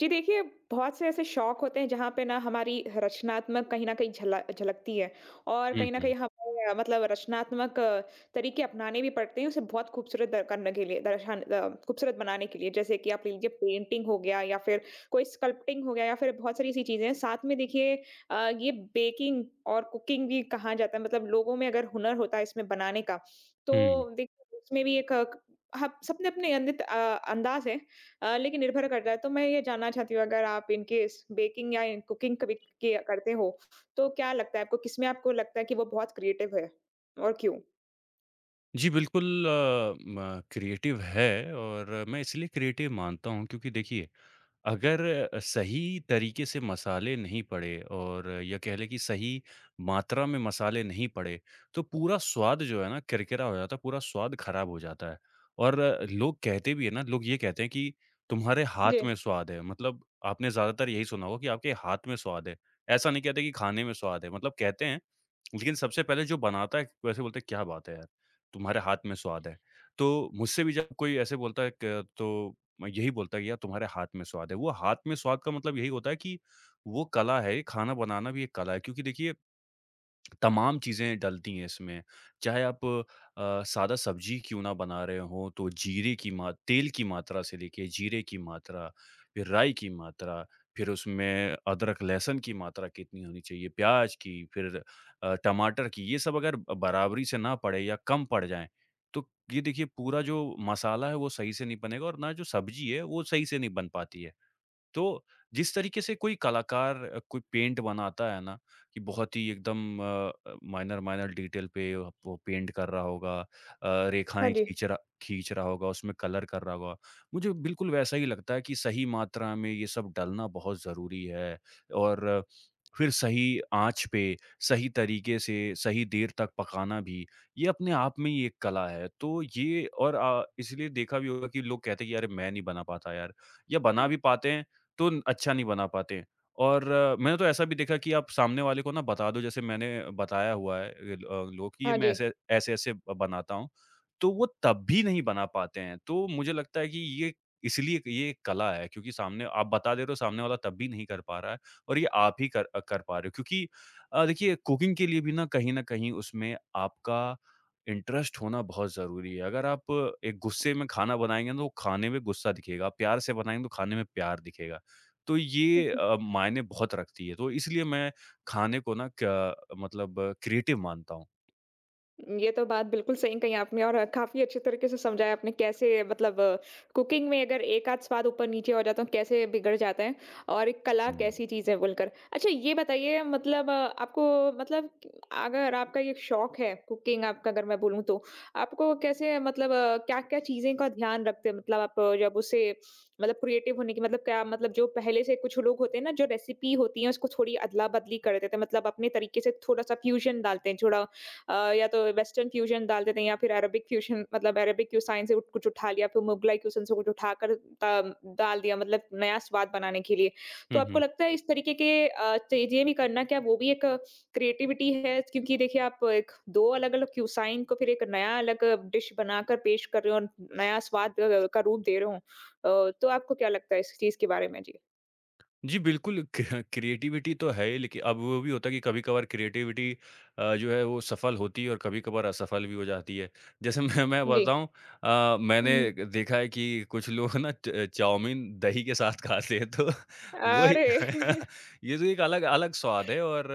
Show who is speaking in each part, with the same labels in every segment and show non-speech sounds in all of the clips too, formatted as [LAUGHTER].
Speaker 1: जी देखिए, बहुत से ऐसे शौक होते हैं जहाँ पे ना हमारी रचनात्मक कहीं न कहीं झला झलकती है और
Speaker 2: हुँ,
Speaker 1: कहीं न
Speaker 2: हुँ।
Speaker 1: कहीं हमें मतलब रचनात्मक तरीके अपनाने भी पड़ते हैं उसे बहुत खूबसूरत द करने के लिए दर्शान अ, खूबसूरत बनाने के लिए। जैसे कि आप ले लीजिए पेंटिंग हो गया या फिर कोई स्कल्पटिंग हो गया या फिर बहुत सारी ऐसी चीज़ें हैं। साथ में देखिए ये बेकिंग और कुकिंग भी कहा जाता है मतलब लोगों में अगर हुनर होता है इसमें बनाने का, तो
Speaker 2: हुँ।
Speaker 1: देखिए उसमें भी एक अ, क ह सबने अपने अंदाज़ है लेकिन निर्भर करता है, तो मैं ये जानना चाहती हूँ अगर आप इन केस बेकिंग या कुकिंग कभी किया करते हो, तो क्या लगता है आपको किसमें आपको लगता है कि वो बहुत क्रिएटिव है और क्यों?
Speaker 2: जी, बिल्कुल अ, म क्रिएटिव है और मैं इसलिए क्रिएटिव मानता हूँ क्योंकि देखिए, अगर सही तरीके से मसाले नहीं पड़े और या कह लें कि सही मात्रा में मसाले नहीं पड़े, तो पूरा स्वाद जो है ना किरकिरा हो जाता है, पूरा स्वाद खराब हो जाता है। और लोग कहते भी हैं ना, लोग ये कहते हैं कि तुम्हारे हाथ
Speaker 1: जी।
Speaker 2: में स्वाद है, मतलब आपने ज़्यादातर यही सुना होगा कि आपके हाथ में स्वाद है। ऐसा नहीं कहते कि खाने में स्वाद है, मतलब कहते हैं लेकिन सबसे पहले जो बनाता है, वैसे बोलते हैं क्या बात है यार, तुम्हारे हाथ में स्वाद है। तो मुझसे भी जब कोई ऐसे बोलता है क तो मैं यही बोलता है कि यार तुम्हारे हाथ में स्वाद है। वो हाथ में स्वाद का मतलब यही होता है कि वो कला है, खाना बनाना भी एक कला है। क्योंकि देखिए तमाम चीज़ें डलती हैं इसमें। चाहे आप सादा सब्ज़ी क्यों ना बना रहे हों, तो जीरे की मा तेल की मात्रा से लेके जीरे की मात्रा, फिर राई की मात्रा, फिर उसमें अदरक, लहसुन की मात्रा कितनी होनी चाहिए, प्याज़ की, फिर टमाटर की, ये सब अगर बराबरी से ना पड़े या कम पड़ जाएँ, तो ये देखिए पूरा जो मसाला है, वो सही से नहीं बनेगा और ना जो सब्ज़ी है, वो सही से नहीं बन पाती है। तो जिस तरीके से कोई कलाकार कोई पेंट बनाता है ना कि बहुत ही एकदम माइनर माइनर डिटेल पे वो पेंट कर रहा होगा,
Speaker 1: हाँ
Speaker 2: रेखाएँ
Speaker 1: जी।
Speaker 2: खींच रहा होगा, उसमें कलर कर रहा होगा। मुझे बिल्कुल वैसा ही लगता है कि सही मात्रा में ये सब डलना बहुत ज़रूरी है और फिर सही आँच पे, सही तरीके से, सही देर तक पकाना भी, ये अपने आप में ही एक कला है। तो ये और इसलिए देखा भी होगा कि लोग कहते हैं कि अरे! मैं नहीं बना पाता यार या बना भी पाते हैं तो न अच्छा नहीं बना पाते हैं। और मैंने तो ऐसा भी देखा कि आप सामने वाले को ना बता दो जैसे मैंने बताया हुआ है लोग कि ये
Speaker 1: हाँ
Speaker 2: मैं
Speaker 1: जी।
Speaker 2: ऐसे-ऐसे ब बनाता हूँ, तो वो तब भी नहीं बना पाते हैं। तो मुझे लगता है कि ये इसलिए ये एक कला है क्योंकि सामने आप बता दे रहे हो सामने वाला तब भी नहीं कर पा रहा है और ये आप ही कर पा रहे हो क्योंकि देखिए कुकिंग के लिए भी ना कहीं न कहीं उसमें आपका इंटरेस्ट होना बहुत ज़रूरी है। अगर आप एक गुस्से में खाना बनाएँगे ना तो खाने में गुस्सा दिखेगा, प्यार से बनाएँगे तो खाने में प्यार दिखेगा। तो ये मायने बहुत रखती है। तो इसलिए मैं खाने को ना क मतलब क्रिएटिव मानता हूँ।
Speaker 1: ये तो बात बिल्कुल सही कही आपने और काफ़ी अच्छे तरीके से समझाया आपने कैसे मतलब कुकिंग में अगर एक आध स्वाद ऊपर नीचे हो जाता है तो कैसे बिगड़ जाते हैं और एक कला कैसी चीज़ है बोलकर। अच्छा ये बताइए मतलब आपको मतलब अगर आपका ये शौक है कुकिंग आपका अगर मैं बोलूँ तो, आपको कैसे मतलब क्या-क्या चीज़ें का ध्यान रखते हैं? मतलब आप जब उसे मतलब क्रिएटिव होने की मतलब क्या मतलब जो पहले से कुछ लोग होते हैं ना जो रेसिपी होती है उसको थोड़ी अदला-बदली कर देते हैं मतलब अपने तरीके से थोड़ा-सा फ्यूज़न डालते हैं, थोड़ा या तो वेस्टर्न फ्यूजन डाल देते हैं या फिर अरबिक फ्यूजन मतलब अरबिक क्यूसाइन से कुछ उठा लिया फिर मुगलाई क्यूसाइन से कुछ उठाकर डाल दिया मतलब नया स्वाद बनाने के लिए तो आपको
Speaker 2: हुँ।
Speaker 1: लगता है इस तरीके के चीजें भी करना क्या वो भी एक क्रिएटिविटी है क्योंकि देखिए आप एक दो अलग अलग क्यूसाइन को फिर एक नया अलग डिश बनाकर पेश कर रहे हो और नया स्वाद का रूप दे रहे हो तो आपको क्या लगता है इस चीज के बारे में जी
Speaker 2: जी, बिल्कुल क्रिएटिविटी तो है ही लेकिन अब वो भी होता है कि कभी-कभार क्रिएटिविटी जो है वो सफल होती है और कभी-कभार असफल भी हो जाती है। जैसे [LAUGHS] मैं
Speaker 1: जी
Speaker 2: बताऊँ, मैंने
Speaker 1: हम्म,
Speaker 2: देखा है कि कुछ लोग ना च चाउमीन दही के साथ खाते हैं तो वही
Speaker 1: अरे
Speaker 2: [LAUGHS]
Speaker 1: [LAUGHS]
Speaker 2: ये तो एक अलग अलग स्वाद है और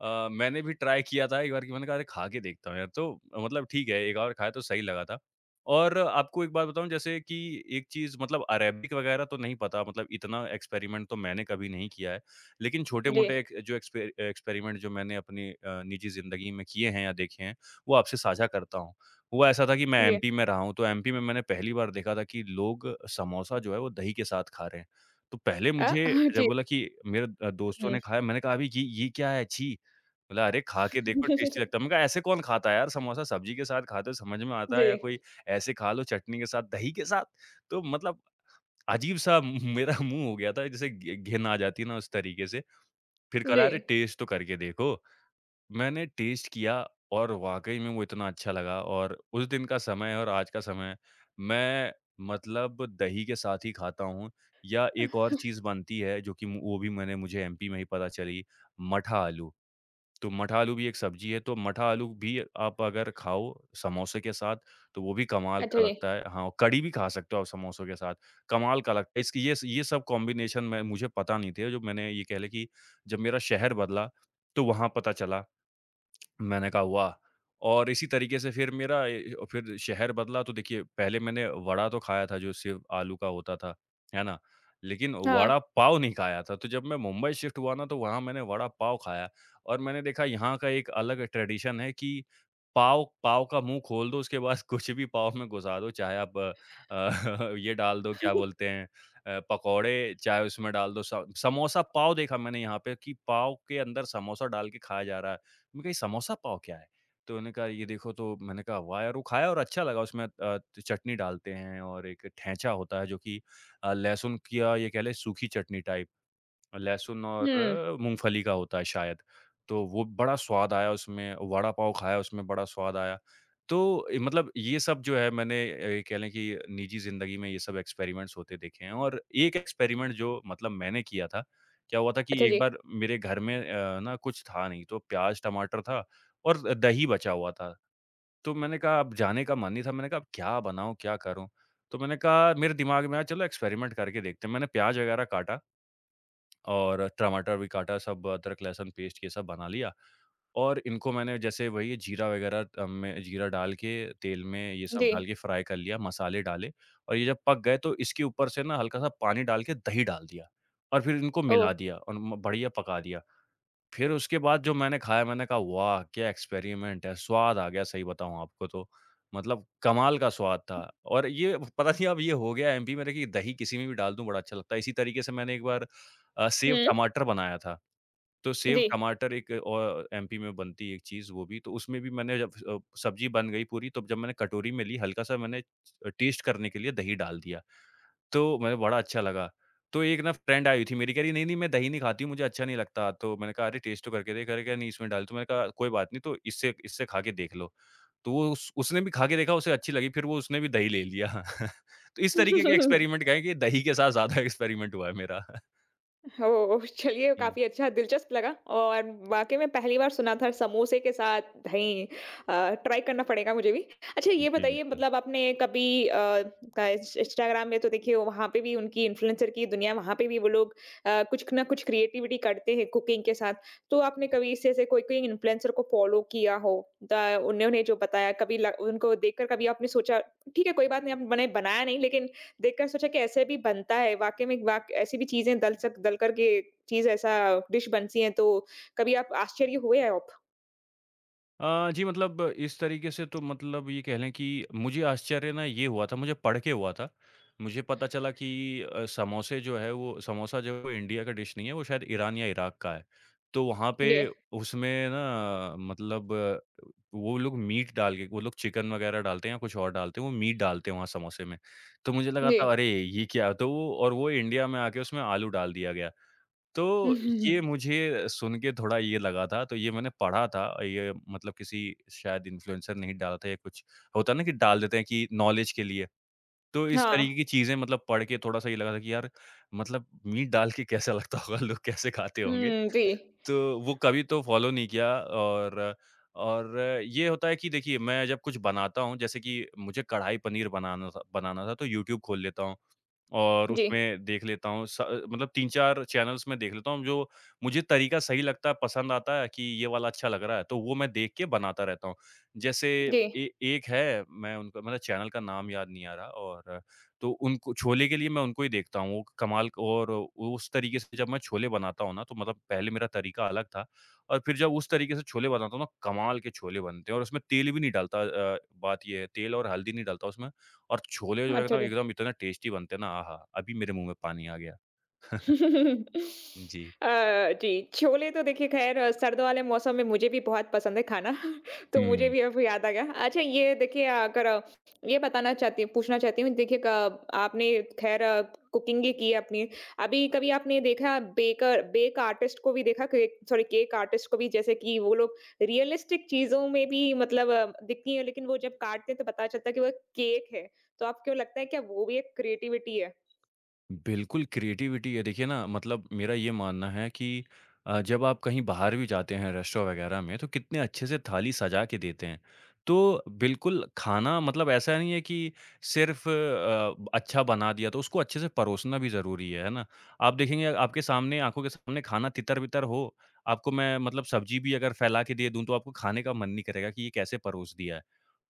Speaker 2: मैंने भी ट्राई किया था एक बार कि मैंने कहा अरे खा के देखता हूँ यार, तो मतलब ठीक है, एक बार खाया तो सही लगा था। और आपको एक बात बताऊँ जैसे कि एक चीज़ मतलब अरेबिक वग़ैरह तो नहीं पता मतलब इतना एक्सपेरिमेंट तो मैंने कभी नहीं किया है। लेकिन
Speaker 1: जी
Speaker 2: छोटे-मोटे एक जो एक्सपेरिमेंट जो मैंने अपनी निजी ज़िंदगी में किए हैं या देखे हैं, वो आपसे साझा करता हूँ। हुआ ऐसा था कि मैं
Speaker 1: जी
Speaker 2: एमपी में रहा हूँ, तो एमपी में मैंने पहली बार देखा था कि लोग समोसा जो है वो दही के साथ खा रहे हैं। तो पहले
Speaker 1: अ,
Speaker 2: मुझे
Speaker 1: [LAUGHS]
Speaker 2: जब
Speaker 1: जी
Speaker 2: बोला कि मेरे दोस्तों
Speaker 1: हम्म।
Speaker 2: ने खाया मैंने कहा अभी ये क्या है छी! बोला, "अरे! खा के देखो टेस्टी
Speaker 1: [LAUGHS]
Speaker 2: लगता है।" मैंने कहा, "ऐसे कौन खाता है यार समोसा सब्जी के साथ खाते हो समझ में आता
Speaker 1: जी,
Speaker 2: है या कोई ऐसे खा लो चटनी के साथ, दही के साथ।" तो मतलब अजीब-सा [LAUGHS] मेरा मुँह हो गया था जैसे घि घिन आ जाती है ना उस तरीके से। फिर कह रहा,
Speaker 1: जी।
Speaker 2: "अरे! टेस्ट तो करके देखो।" मैंने टेस्ट किया और वाक़ई में वो इतना अच्छा लगा और उस दिन का समय और आज का समय मैं मतलब दही के साथ ही खाता हूँ या एक और चीज़ बनती है जो कि वो भी मैंने मुझे एमपी में ही पता चली, मठा आलू। तो मठा आलू भी एक सब्जी है, तो मठा आलू भी आप अगर खाओ समोसे के साथ, तो वो भी कमाल
Speaker 1: अच्छा
Speaker 2: का
Speaker 1: जी,
Speaker 2: लगता है। हाँ, कढ़ी भी खा सकते हो आप समोसों के साथ, कमाल का लगता है। इसकी ये सब कॉम्बिनेशन मैं मुझे पता नहीं थे, जो मैंने ये कह लें कि जब मेरा शहर बदला, तो वहाँ पता चला। मैंने कहा वाह! और इसी तरीके से फिर मेरा फिर शहर बदला तो देखिए पहले मैंने वड़ा तो खाया था जो सिर्फ़ आलू का होता था, है ना? लेकिन
Speaker 1: हाँ।
Speaker 2: वड़ा पाव नहीं खाया था, तो जब मैं मुंबई शिफ्ट हुआ ना तो वहाँ मैंने वड़ा पाव खाया और मैंने देखा यहाँ का एक अलग ट्रेडिशन है कि पाव पाव का मुँह खोल दो उसके बाद [LAUGHS] कुछ भी पाव में घुसा दो, चाहे आप अ, [LAUGHS] ये डाल दो क्या बोलते
Speaker 1: [LAUGHS]
Speaker 2: हैं, पकौड़े चाहे उसमें डाल दो स समोसा पाव देखा मैंने यहाँ पे कि पाव के अंदर समोसा डाल के खाया जा रहा है। मैंने कहा ये समोसा पाव क्या है? तो उन्होंने कहा ये देखो तो मैंने कहा वाह यार! वो खाया और अच्छा लगा उसमें अ, त चटनी डालते हैं और एक ठेचा होता है जो कि लहसुन की या ये कह लें सूखी चटनी टाइप लहसुन और
Speaker 1: हुँ,
Speaker 2: मूँगफली का होता है शायद, तो वो बड़ा स्वाद आया उसमें, वड़ा पाव खाया उसमें बड़ा स्वाद आया। तो मतलब ये सब जो है मैंने कह लें कि निजी ज़िंदगी में ये सब एक्सपेरिमेंट्स होते देखे हैं और एक एक्सपेरिमेंट जो मतलब मैंने किया था, क्या हुआ था
Speaker 1: अच्छा
Speaker 2: कि एक
Speaker 1: जी,
Speaker 2: बार मेरे घर में ना कुछ था नहीं, तो प्याज़, टमाटर था और दही बचा हुआ था। तो मैंने कहा अब जाने का मन नहीं था, मैंने कहा अब क्या बनाऊँ, क्या करूँ? तो मैंने कहा मेरे दिमाग में आया चलो एक्सपेरिमेंट करके देखते हैं। मैंने प्याज़ वगैरह काटा और टमाटर भी काटा, सब अदरक, लहसुन पेस्ट ये सब बना लिया और इनको मैंने जैसे वही जीरा डाल के तेल में ये सब
Speaker 1: जी,
Speaker 2: डाल के फ्राई कर लिया, मसाले डाले और ये जब पक गए तो इसके ऊपर से ना हल्का-सा पानी डाल के दही डाल दिया और फिर इनको
Speaker 1: ओह!
Speaker 2: मिला दिया और म बढ़िया पका दिया। फिर उसके बाद जो मैंने खाया मैंने कहा वाह! क्या एक्सपेरिमेंट है, स्वाद आ गया सही बताऊँ आपको तो। मतलब कमाल का स्वाद था और ये पता नहीं अब ये हो गया एमपी में रह कि दही किसी में भी डाल दूँ बड़ा अच्छा लगता है। इसी तरीके से मैंने एक बार सेव
Speaker 1: हुँ,
Speaker 2: टमाटर बनाया था। तो सेव
Speaker 1: जी।
Speaker 2: टमाटर एक और एमपी में बनती है एक चीज़ वो भी, तो उसमें भी मैंने जब सब्ज़ी बन गई पूरी तो जब मैंने कटोरी में ली हल्का-सा मैंने टेस्ट करने के लिए दही डाल दिया। तो मैं बड़ा अच्छा लगा। तो एक ना फ्रेंड आई हुई थी मेरी कह रही, "नहीं-नहीं मैं दही नहीं खाती हूँ, मुझे अच्छा नहीं लगता।" तो मैंने कहा, "अरे! टेस्ट तो करके देख।" कह रही, "नहीं इसमें डाल" तो मैंने कहा, "कोई बात नहीं तो इससे इससे खा के देख लो।" तो वो उस उसने भी खा के देखा, उसे अच्छी लगी, फिर वो उसने भी दही ले लिया। [LAUGHS] तो इस तरीके के
Speaker 1: [LAUGHS]
Speaker 2: एक्सपेरिमेंट कहें कि दही के साथ ज़्यादा [LAUGHS] एक्सपेरिमेंट हुआ है मेरा। [LAUGHS]
Speaker 1: ओह! चलिए
Speaker 2: हुँ।
Speaker 1: काफ़ी अच्छा दिलचस्प लगा और वाक़ई में पहली बार सुना था समोसे के साथ दही अ, ट्राई करना पड़ेगा मुझे भी। अच्छा ये
Speaker 2: जी,
Speaker 1: बताइए
Speaker 2: बिल्कुल।
Speaker 1: मतलब आपने कभी का इंस्टाग्राम में तो देखिए वहाँ पे भी उनकी इन्फ्लुएंसर की दुनिया वहाँ पे भी वो लोग कुछ ना कुछ क्रिएटिविटी करते हैं कुकिंग के साथ। तो आपने कभी इससे ऐसे कोई-कोई इन्फ्लुएंसर को फ़ॉलो किया हो द उन्होंने जो बताया कभी ल उनको देखकर कभी आपने सोचा ठीक है कोई बात नहीं आपने बनाया नहीं लेकिन देखकर सोचा कि ऐसे भी बनता है, वाक़ई में वाक़ ऐसी भी चीज़ें दल कर के चीज़ ऐसा डिश बनती हैं, तो कभी आप आश्चर्य हुए हैं आप?
Speaker 2: जी मतलब इस तरीके से तो मतलब ये कह लें कि मुझे आश्चर्य ना ये हुआ था, मुझे पढ़ के हुआ था। मुझे पता चला कि अ, समोसे जो है वो समोसा जो है वो इंडिया का डिश नहीं है, वो शायद ईरान या इराक का है। तो वहाँ पे
Speaker 1: जी,
Speaker 2: उसमें वो लोग चिकन वग़ैरह डालते हैं या कुछ और डालते हैं, वो मीट डालते हैं वहाँ समोसे में। तो मुझे लगा
Speaker 1: जी।
Speaker 2: था अरे! ये क्या? तो वो इंडिया में आके उसमें आलू डाल दिया गया। तो
Speaker 1: [LAUGHS] हम्म, हम्म,
Speaker 2: ये
Speaker 1: हम्म,
Speaker 2: मुझे सुन के थोड़ा ये लगा था, तो ये मैंने पढ़ा था। ये मतलब किसी शायद इन्फ्लुएंसर ने ही डाला था या कुछ होता है ना कि डाल देते हैं कि नॉलेज के लिए। तो इस
Speaker 1: हाँ।
Speaker 2: तरीके की चीज़ें मतलब पढ़ के थोड़ा-सा ये लगा था कि यार मतलब मीट डाल के कैसा लगता होगा? लोग कैसे खाते होंगे?
Speaker 1: हुँ, जी।
Speaker 2: तो वो कभी तो फ़ॉलो नहीं किया। और ये होता है कि देखिए, मैं जब कुछ बनाता हूँ, जैसे कि मुझे कढ़ाई पनीर बनाना था बनाना था, तो यूट्यूब खोल लेता हूँ। और
Speaker 1: जी,
Speaker 2: उसमें देख लेता हूँ, स मतलब 3-4 चैनल्स में देख लेता हूँ, जो मुझे तरीका सही लगता है, पसंद आता है कि ये वाला अच्छा लग रहा है, तो वो मैं देख के बनाता रहता हूँ। जैसे
Speaker 1: जी।
Speaker 2: ए एक है, मैं उनका मतलब चैनल का नाम याद नहीं आ रहा, और तो उनको छोले के लिए मैं उनको ही देखता हूँ, वो कमाल। और उस तरीके से जब मैं छोले बनाता हूँ ना, तो मतलब पहले मेरा तरीका अलग था, और फिर जब उस तरीके से छोले बनाता हूँ ना, कमाल के छोले बनते हैं, और उसमें तेल भी नहीं डालता। अ, बात ये है, तेल और हल्दी नहीं डालता उसमें। और छोले जो है
Speaker 1: अच्छा
Speaker 2: ना,
Speaker 1: जी।
Speaker 2: एकदम इतने टेस्टी बनते हैं ना, आहा! अभी मेरे मुँह में पानी आ गया। [LAUGHS]
Speaker 1: [LAUGHS]
Speaker 2: जी।
Speaker 1: अ, जी, छोले तो देखिए ख़ैर सर्द वाले मौसम में मुझे भी बहुत पसंद है खाना, [LAUGHS] तो मुझे
Speaker 2: हुँ,
Speaker 1: भी अब याद आ गया। अच्छा ये देखिए अगर ये बताना चाहती पूछना चाहती हूँ देखिए क आपने ख़ैर कुकिंग ही की है अपनी, अभी कभी आपने देखा बेक आर्टिस्ट को भी देखा केक आर्टिस्ट को भी जैसे कि वो लोग रियलिस्टिक चीज़ों में भी मतलब दिखती है, लेकिन वो जब काटते हैं तो पता चलता है कि वो केक है। तो आपको लगता है क्या वो भी एक क्रिएटिविटी है?
Speaker 2: बिल्कुल क्रिएटिविटी है। देखिए ना, मतलब मेरा ये मानना है कि जब आप कहीं बाहर भी जाते हैं रेस्टोरेंट वगैरह में, तो कितने अच्छे से थाली सजा के देते हैं। तो बिल्कुल, खाना मतलब ऐसा नहीं है कि सिर्फ़ अच्छा बना दिया, तो उसको अच्छे से परोसना भी ज़रूरी है ना? आप देखेंगे, आपके सामने आँखों के सामने खाना तितर-बितर हो, आपको, मैं मतलब सब्ज़ी भी अगर फैला के दे दूँ, तो आपको खाने का मन नहीं करेगा कि ये कैसे परोस दिया है।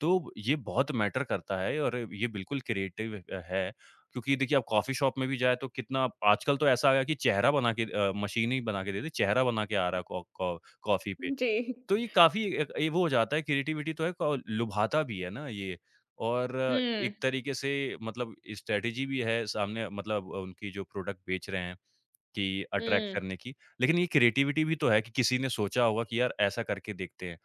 Speaker 2: तो ये बहुत मैटर करता है, और ये बिल्कुल क्रिएटिव है, क्योंकि देखिए, आप कॉफ़ी शॉप में भी जाएँ तो कितना आजकल तो ऐसा आ गया कि चेहरा बना के, मशीन ही बना के देती है, चेहरा बना के आ रहा है कॉ कॉ कॉफ़ी पे।
Speaker 1: जी।
Speaker 2: तो ये काफ़ी एक ये वो हो जाता है, क्रिएटिविटी तो है, क लुभाता भी है ना ये। और
Speaker 1: हुँ।
Speaker 2: एक तरीके से मतलब स्ट्रैटेजी भी है सामने, मतलब उनकी जो प्रोडक्ट बेच रहे हैं, कि अट्रैक्ट
Speaker 1: हुँ।
Speaker 2: करने की। लेकिन ये क्रिएटिविटी भी तो है कि किसी ने सोचा होगा कि यार, ऐसा करके देखते हैं।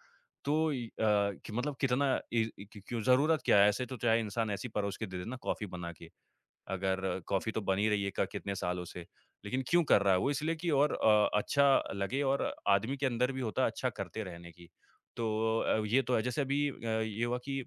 Speaker 2: तो कि मतलब कितना, इ इ- क्यों क्यों ज़रूरत क्या है? ऐसे तो चाहे इंसान ऐसी परोस के दे दे ना कॉफ़ी बना के। अगर कॉफ़ी तो बनी रही है क कितने सालों से। लेकिन क्यों कर रहा है? वो इसलिए कि और अच्छा लगे, और आदमी के अंदर भी होता है अच्छा करते रहने की। तो ये तो है। जैसे अभी ये हुआ कि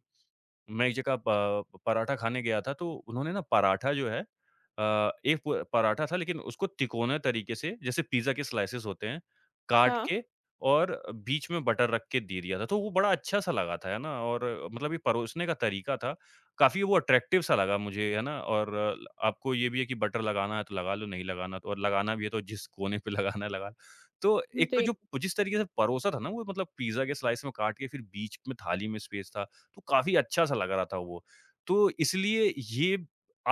Speaker 2: मैं एक जगह प पराठा खाने गया था, तो उन्होंने ना पराठा जो है एक प पराठा था, लेकिन उसको तिकोने तरीके से, जैसे पिज़्ज़ा के स्लाइसेस होते हैं, काट
Speaker 1: हाँ।
Speaker 2: के और बीच में बटर रख के दे दिया था। तो वो बड़ा अच्छा-सा लगा था, है ना? और मतलब ये परोसने का तरीका था, काफ़ी वो अट्रैक्टिव-सा लगा मुझे, है ना? और आपको ये भी है कि बटर लगाना है तो लगा लो, नहीं लगाना तो, और लगाना भी है तो जिस कोने पे [LAUGHS] लगाना है लगा लो। तो एक तो
Speaker 1: जी।
Speaker 2: जो जिस तरीके से परोसा था ना, वो मतलब पिज़्ज़ा के स्लाइस में काट के फिर बीच में थाली में स्पेस था। तो काफ़ी अच्छा-सा लग रहा था वो। तो इसलिए ये,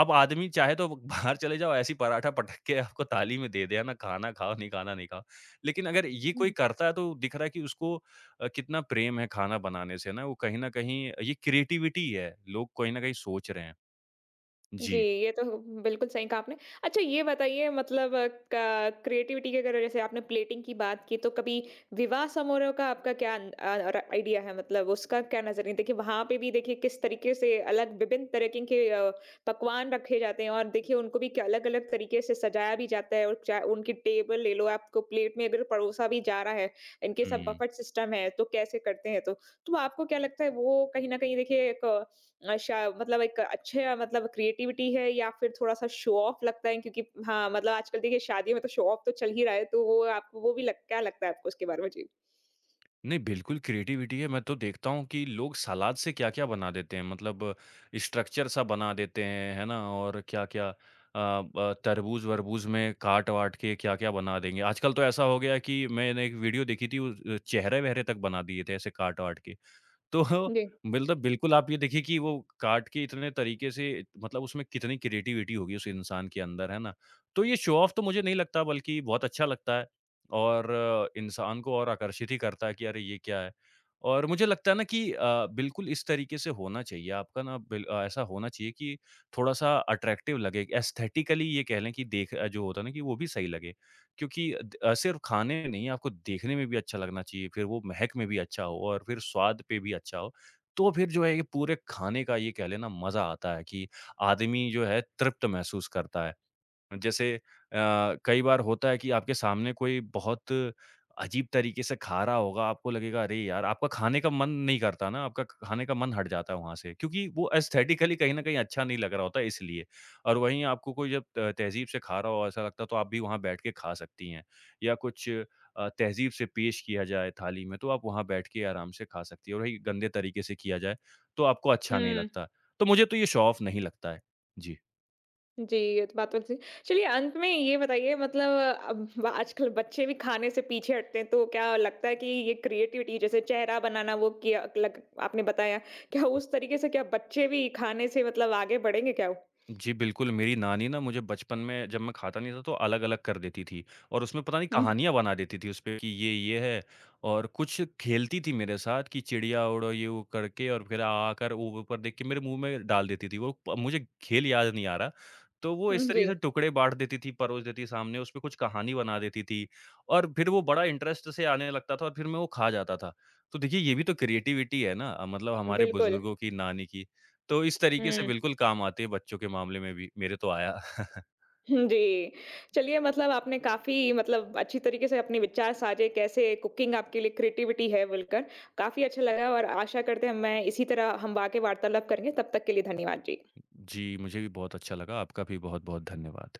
Speaker 2: अब आदमी चाहे तो [LAUGHS] बाहर चले जाओ, ऐसी पराठा पटक के आपको थाली में दे दे, है ना? खाना खाओ, नहीं खाना नहीं खाओ। लेकिन अगर ये कोई
Speaker 1: हुँ।
Speaker 2: करता है तो दिख रहा है कि उसको कितना प्रेम है खाना बनाने से ना, वो कहीं न कहीं ये क्रिएटिविटी है। लोग कहीं न कहीं सोच रहे हैं।
Speaker 1: जी,
Speaker 2: जी।
Speaker 1: ये तो बिल्कुल सही कहा आपने। अच्छा ये बताइए मतलब क क्रिएटिविटी की अगर जैसे आपने प्लेटिंग की बात की तो कभी विवाह समारोह का आपका क्या अ, र आइडिया है मतलब उसका क्या नज़रिया देखिए वहाँ पे भी देखिए किस तरीके से अलग विभिन्न तरीके के पकवान रखे जाते हैं और देखिए उनको भी अलग-अलग तरीके से सजाया भी जाता है और चा उनकी टेबल ले लो आपको प्लेट में अगर परोसा भी जा रहा है, इनके सब
Speaker 2: हुँ।
Speaker 1: बफेट सिस्टम है तो कैसे करते हैं तो? तो आपको क्या लगता है वो कहीं न कहीं देखिए एक अच्छा मतलब एक अच्छे मतलब क्रिएटिविटी है या फिर थोड़ा-सा शो ऑफ लगता है क्योंकि हाँ, मतलब आजकल देखिए शादी में तो शो ऑफ तो चल ही रहा है, तो वो आपको वो भी लग क्या लगता है आपको उसके बारे में? जी।
Speaker 2: नहीं, बिल्कुल क्रिएटिविटी है। मैं तो देखता हूँ कि लोग सलाद से क्या-क्या बना देते हैं। मतलब स्ट्रक्चर सा बना देते हैं, है ना? और क्या-क्या, अ, ब तरबूज-वरबूज में काट-वाट के क्या-क्या बना देंगे। आजकल तो ऐसा हो गया है कि मैंने एक वीडियो देखी थी, उस चेहरे-वहरे तक बना दिए थे ऐसे काट-वाट के। तो
Speaker 1: जी।
Speaker 2: मतलब बिल्कुल, आप ये देखिए कि वो काट के इतने तरीके से, मतलब उसमें कितनी क्रिएटिविटी होगी उस इंसान के अंदर, है ना? तो ये शो ऑफ तो मुझे नहीं लगता, बल्कि बहुत अच्छा लगता है, और इंसान को और आकर्षित ही करता है कि अरे ये क्या है? और मुझे लगता है ना कि बिल्कुल इस तरीके से होना चाहिए आपका ना, ऐसा होना चाहिए कि थोड़ा-सा अट्रैक्टिव लगे, एस्थेटिकली ये कह लें कि जो होता है ना, कि वो भी सही लगे। क्योंकि सिर्फ़ खाने में नहीं, आपको देखने में भी अच्छा लगना चाहिए, फिर वो महक में भी अच्छा हो, और फिर स्वाद पे भी अच्छा हो। तो फिर जो है, ये पूरे खाने का ये कह लेना मज़ा आता है कि आदमी जो है, तृप्त महसूस करता है। जैसे, कई बार होता है कि आपके सामने कोई बहुत अजीब तरीके से खा रहा होगा, आपको लगेगा अरे यार! आपका खाने का मन नहीं करता ना, आपका खाने का मन हट जाता है वहाँ से, क्योंकि वो एस्थेटिकली कहीं न कहीं अच्छा नहीं लग रहा होता है इसलिए। और वहीं आपको कोई जब त तहज़ीब से खा रहा हो, ऐसा लगता है तो आप भी वहाँ बैठ के खा सकती हैं, या कुछ तहज़ीब से पेश किया जाए थाली में, तो आप वहाँ बैठ के आराम से खा सकती हैं, और वही गंदे तरीके से किया जाए, तो आपको अच्छा नहीं
Speaker 1: हुँ।
Speaker 2: लगता। तो मुझे तो ये शो ऑफ नहीं लगता है। जी।
Speaker 1: जी, ये तो बात वैसे चलिए अंत में ये बताइए मतलब अब आजकल बच्चे भी खाने से पीछे हटते हैं, तो क्या लगता है कि ये क्रिएटिविटी जैसे चेहरा बनाना वो किया लग आपने बताया, क्या उस तरीके से क्या बच्चे भी खाने से मतलब आगे बढ़ेंगे क्या?
Speaker 2: जी, बिल्कुल, मेरी नानी ना मुझे बचपन में जब मैं खाता नहीं था, तो अलग-अलग कर देती थी, और उसमें पता नहीं
Speaker 1: हुँ,
Speaker 2: कहानियाँ बना देती थी उसपे कि ये है, और कुछ खेलती थी मेरे साथ कि चिड़िया उड़ो, ये वो करके, और फिर आ कर ऊ ऊपर देख के मेरे मुँह में डाल देती थी वो, प मुझे खेल याद नहीं आ रहा। तो वो
Speaker 1: हुँ,
Speaker 2: इस
Speaker 1: [LAUGHS]
Speaker 2: तरीके
Speaker 1: जी,
Speaker 2: से टुकड़े बाँट देती थी, परोस देती थी सामने, उसपे कुछ कहानी बना देती थी, और फिर वो बड़ा इंटरेस्ट से आने लगता था, और फिर मैं वो खा जाता था। तो देखिए, ये भी तो क्रिएटिविटी है ना, मतलब हमारे
Speaker 1: बिल्कुल।
Speaker 2: बुजुर्गों की, नानी की। तो इस तरीके से
Speaker 1: हुँ।
Speaker 2: बिल्कुल काम आती है बच्चों के मामले में भी, मेरे तो आया। [LAUGHS]
Speaker 1: [LAUGHS] हुँ, जी। चलिए मतलब आपने काफ़ी मतलब अच्छी तरीके से अपने विचार साझे कैसे कुकिंग आपके लिए क्रिएटिविटी है बोलकर, काफ़ी अच्छा लगा और आशा करते हैं मैं इसी तरह हम आगे वार्तालाप करेंगे, तब तक के लिए धन्यवाद जी।
Speaker 2: जी, मुझे भी बहुत अच्छा लगा। आपका भी बहुत-बहुत धन्यवाद।